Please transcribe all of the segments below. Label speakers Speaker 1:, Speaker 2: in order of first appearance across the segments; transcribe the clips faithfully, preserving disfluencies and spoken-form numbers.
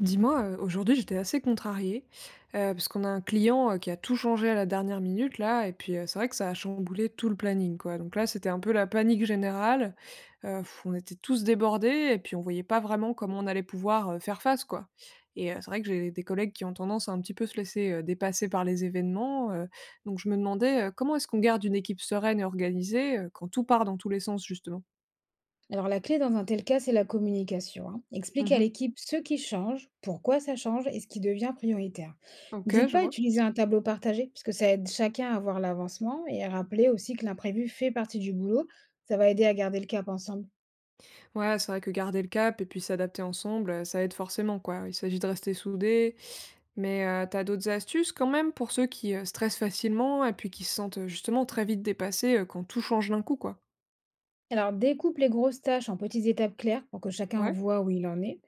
Speaker 1: Dis-moi, heu, aujourd'hui j'étais assez contrariée, heu, parce qu'on a un client, heu, qui a tout changé à la dernière minute là et puis, heu, c'est vrai que ça a chamboulé tout le planning quoi. Donc là, c'était un peu la panique générale, heu, on était tous débordés et puis on voyait pas vraiment comment on allait pouvoir, heu, faire face quoi. Et heu, c'est vrai que j'ai des collègues qui ont tendance à un petit peu se laisser, heu, dépasser par les événements, heu, donc je me demandais, heu, comment est-ce qu'on garde une équipe sereine et organisée, heu, quand tout part dans tous les sens justement?
Speaker 2: Alors la clé dans un tel cas, c'est la communication, hein. Explique à
Speaker 1: Mmh.
Speaker 2: l'équipe ce qui change, pourquoi ça change et ce qui devient prioritaire. Ne
Speaker 1: OK,
Speaker 2: dites
Speaker 1: je
Speaker 2: pas
Speaker 1: vois.
Speaker 2: utiliser un tableau partagé, puisque ça aide chacun à voir l'avancement et à rappeler aussi que l'imprévu fait partie du boulot. Ça va aider à garder le cap ensemble.
Speaker 1: Ouais, c'est vrai que garder le cap et puis s'adapter ensemble, heu, ça aide forcément, quoi. Il s'agit de rester soudés, mais heu, tu d'autres astuces quand même pour ceux qui, heu, stressent facilement et puis qui se sentent, heu, justement très vite dépassés, heu, quand tout change d'un coup, quoi?
Speaker 2: Alors, découpe les grosses tâches en petites étapes claires pour que chacun
Speaker 1: Ouais?
Speaker 2: voit où il en est.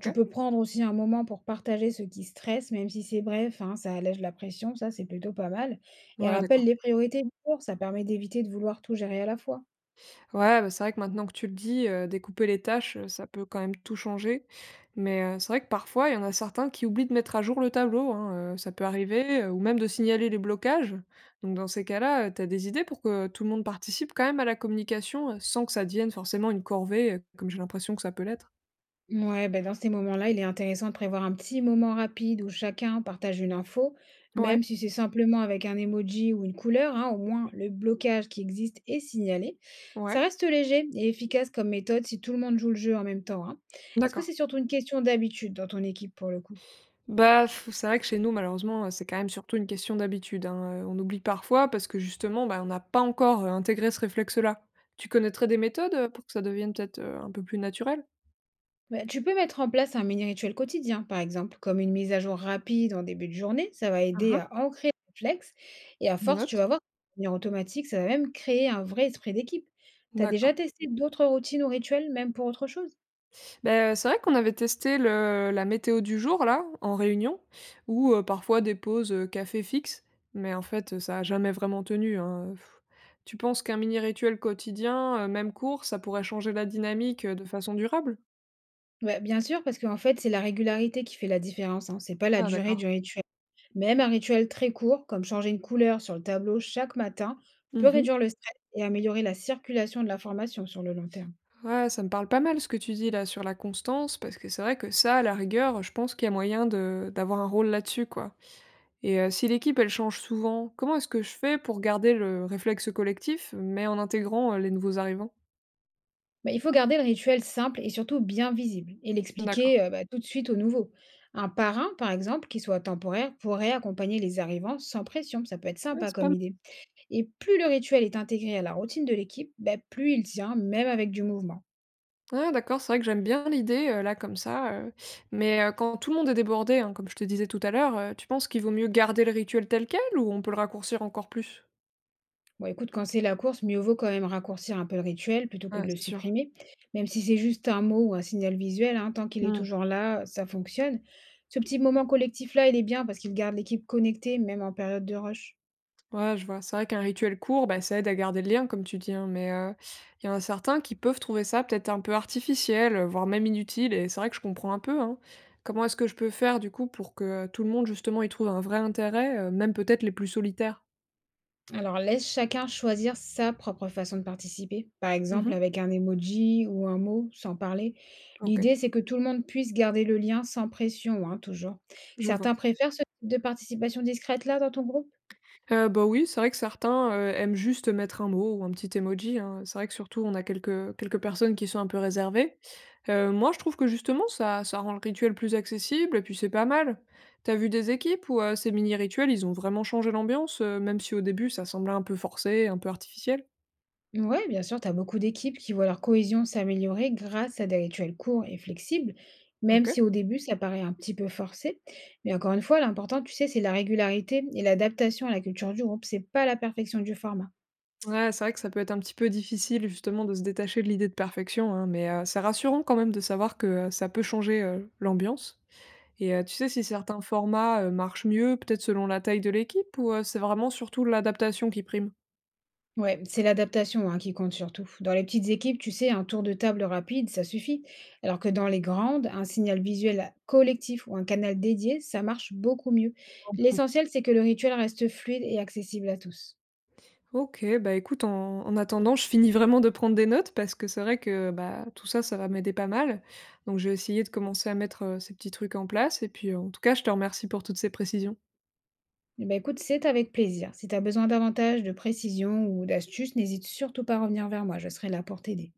Speaker 2: Tu peux prendre aussi un moment pour partager ce qui stresse, même si c'est bref, hein, ça allège la pression, ça c'est plutôt pas mal. Et
Speaker 1: Ouais, d'accord.
Speaker 2: rappelle les priorités du jour, ça permet d'éviter de vouloir tout gérer à la fois.
Speaker 1: Ouais, bah, c'est vrai que maintenant que tu le dis, heu, découper les tâches, heu, ça peut quand même tout changer. Mais, heu, c'est vrai que parfois, il y en a certains qui oublient de mettre à jour le tableau, hein, heu, ça peut arriver, heu, ou même de signaler les blocages. Donc dans ces cas-là, heu, tu as des idées pour que tout le monde participe quand même à la communication, heu, sans que ça devienne forcément une corvée, heu, comme j'ai l'impression que ça peut l'être?
Speaker 2: Ouais, ben dans ces moments-là, il est intéressant de prévoir un petit moment rapide où chacun partage une info,
Speaker 1: Ouais,
Speaker 2: même si c'est simplement avec un emoji ou une couleur, hein, au moins le blocage qui existe est signalé. Ça
Speaker 1: ouais,
Speaker 2: reste léger et efficace comme méthode si tout le monde joue le jeu en même temps, hein. Est-ce que
Speaker 1: d'accord.
Speaker 2: c'est surtout une question d'habitude dans ton équipe pour le coup?
Speaker 1: Bah, f c'est vrai que chez nous, malheureusement, euh, c'est quand même surtout une question d'habitude, hein, heu, on oublie parfois parce que justement, bah, on n'a pas encore, heu, intégré ce réflexe-là. Tu connaîtrais des méthodes, heu, pour que ça devienne peut-être, heu, un peu plus naturel?
Speaker 2: Bah, tu peux mettre en place un mini rituel quotidien, par exemple, comme une mise à jour rapide en début de journée. Ça va
Speaker 1: Hein,
Speaker 2: aider
Speaker 1: hein,
Speaker 2: à ancrer le réflexe. Et à
Speaker 1: je
Speaker 2: force, tu
Speaker 1: note.
Speaker 2: vas voir, de manière automatique, ça va même créer un vrai esprit d'équipe. Tu as
Speaker 1: D'accord.
Speaker 2: déjà testé d'autres routines ou rituels, même pour autre chose?
Speaker 1: Ben, c'est vrai qu'on avait testé le la météo du jour là, en réunion, ou heu, parfois des pauses, heu, café fixes, mais en fait, heu, ça a jamais vraiment tenu, hein, heu, tu penses qu'un mini rituel quotidien, heu, même court, ça pourrait changer la dynamique, heu, de façon durable?
Speaker 2: Bah, bien sûr, parce qu'en fait, c'est la régularité qui fait la différence, hein, c'est pas la
Speaker 1: Ah
Speaker 2: durée
Speaker 1: d'accord.
Speaker 2: du rituel. Même un rituel très court, comme changer une couleur sur le tableau chaque matin, peut
Speaker 1: Mmh.
Speaker 2: réduire le stress et améliorer la circulation de l'information sur le long terme.
Speaker 1: Ouais, ça me parle pas mal ce que tu dis là sur la constance, parce que c'est vrai que ça, à la rigueur, je pense qu'il y a moyen de d'avoir un rôle là-dessus, quoi. Et euh, si l'équipe, elle change souvent, comment est-ce que je fais pour garder le réflexe collectif, mais en intégrant euh, les nouveaux arrivants?
Speaker 2: Bah, il faut garder le rituel simple et surtout bien visible et
Speaker 1: D'accord.
Speaker 2: l'expliquer euh, bah, tout de suite aux nouveaux. Un parrain, par exemple, qui soit temporaire, pourrait accompagner les arrivants sans pression. Ça peut être
Speaker 1: Ouais,
Speaker 2: sympa
Speaker 1: c'est pas
Speaker 2: comme
Speaker 1: mal.
Speaker 2: idée. Et plus le rituel est intégré à la routine de l'équipe, bah, plus il tient, même avec du mouvement.
Speaker 1: Ouais, d'accord, c'est vrai que j'aime bien l'idée euh, là comme ça. euh, Mais euh, quand tout le monde est débordé, hein, comme je te disais tout à l'heure, euh, tu penses qu'il vaut mieux garder le rituel tel quel ou on peut le raccourcir encore plus?
Speaker 2: Bon, écoute, quand c'est la course, mieux vaut quand même raccourcir un peu le rituel plutôt que
Speaker 1: Ouais,
Speaker 2: de le
Speaker 1: c'est sûr.
Speaker 2: supprimer. Même si c'est juste un mot ou un signal visuel, hein, tant qu'il est
Speaker 1: Hmm.
Speaker 2: toujours là, ça fonctionne. Ce petit moment collectif-là, il est bien parce qu'il garde l'équipe connectée, même en période de rush.
Speaker 1: Ouais, je vois. C'est vrai qu'un rituel court, bah, ça aide à garder le lien, comme tu dis, hein, mais euh, il y en a certains qui peuvent trouver ça peut-être un peu artificiel, euh, voire même inutile, et c'est vrai que je comprends un peu, hein. Comment est-ce que je peux faire, du coup, pour que euh, tout le monde, justement, y trouve un vrai intérêt, euh, même peut-être les plus solitaires?
Speaker 2: Alors, laisse chacun choisir sa propre façon de participer, par exemple
Speaker 1: Mhm.
Speaker 2: avec un emoji ou un mot, sans parler.
Speaker 1: Ok,
Speaker 2: L'idée, c'est que tout le monde puisse garder le lien sans pression, hein, toujours.
Speaker 1: je vois.
Speaker 2: Certains préfèrent ce type de participation discrète là dans ton groupe?
Speaker 1: Heu, bah, oui, c'est vrai que certains, heu, aiment juste mettre un mot ou un petit emoji, hein. C'est vrai que surtout on a quelques quelques personnes qui sont un peu réservées. Heu, moi je trouve que justement ça ça rend le rituel plus accessible et puis c'est pas mal. T'as vu des équipes où, heu, ces mini rituels, ils ont vraiment changé l'ambiance, heu, même si au début ça semblait un peu forcé, un peu artificiel?
Speaker 2: Ouais, bien sûr, tu as beaucoup d'équipes qui voient leur cohésion s'améliorer grâce à des rituels courts et flexibles, même
Speaker 1: OK.
Speaker 2: si au début ça paraît un petit peu forcé. Mais encore une fois, l'important, tu sais, c'est la régularité et l'adaptation à la culture du groupe, c'est pas la perfection du format.
Speaker 1: Ouais, c'est vrai que ça peut être un petit peu difficile justement de se détacher de l'idée de perfection, hein, mais, heu, c'est rassurant quand même de savoir que, heu, ça peut changer, heu, l'ambiance. Et heu, tu sais si certains formats, heu, marchent mieux, peut-être selon la taille de l'équipe ou heu, c'est vraiment surtout l'adaptation qui prime?
Speaker 2: Ouais, c'est l'adaptation hein, qui compte surtout. Dans les petites équipes, tu sais, un tour de table rapide, ça suffit. Alors que dans les grandes, un signal visuel collectif ou un canal dédié, ça marche beaucoup mieux. L'essentiel, c'est que le rituel reste fluide et accessible à tous.
Speaker 1: OK, bah, écoute, en en attendant, je finis vraiment de prendre des notes parce que c'est vrai que, bah, tout ça, ça va m'aider pas mal. Donc je vais essayer de commencer à mettre, heu, ces petits trucs en place et puis, heu, en tout cas, je te remercie pour toutes ces précisions.
Speaker 2: Eh ben, écoute, c'est avec plaisir. Si tu as besoin davantage de précision ou d'astuces, n'hésite surtout pas à revenir vers moi, je serai là pour t'aider.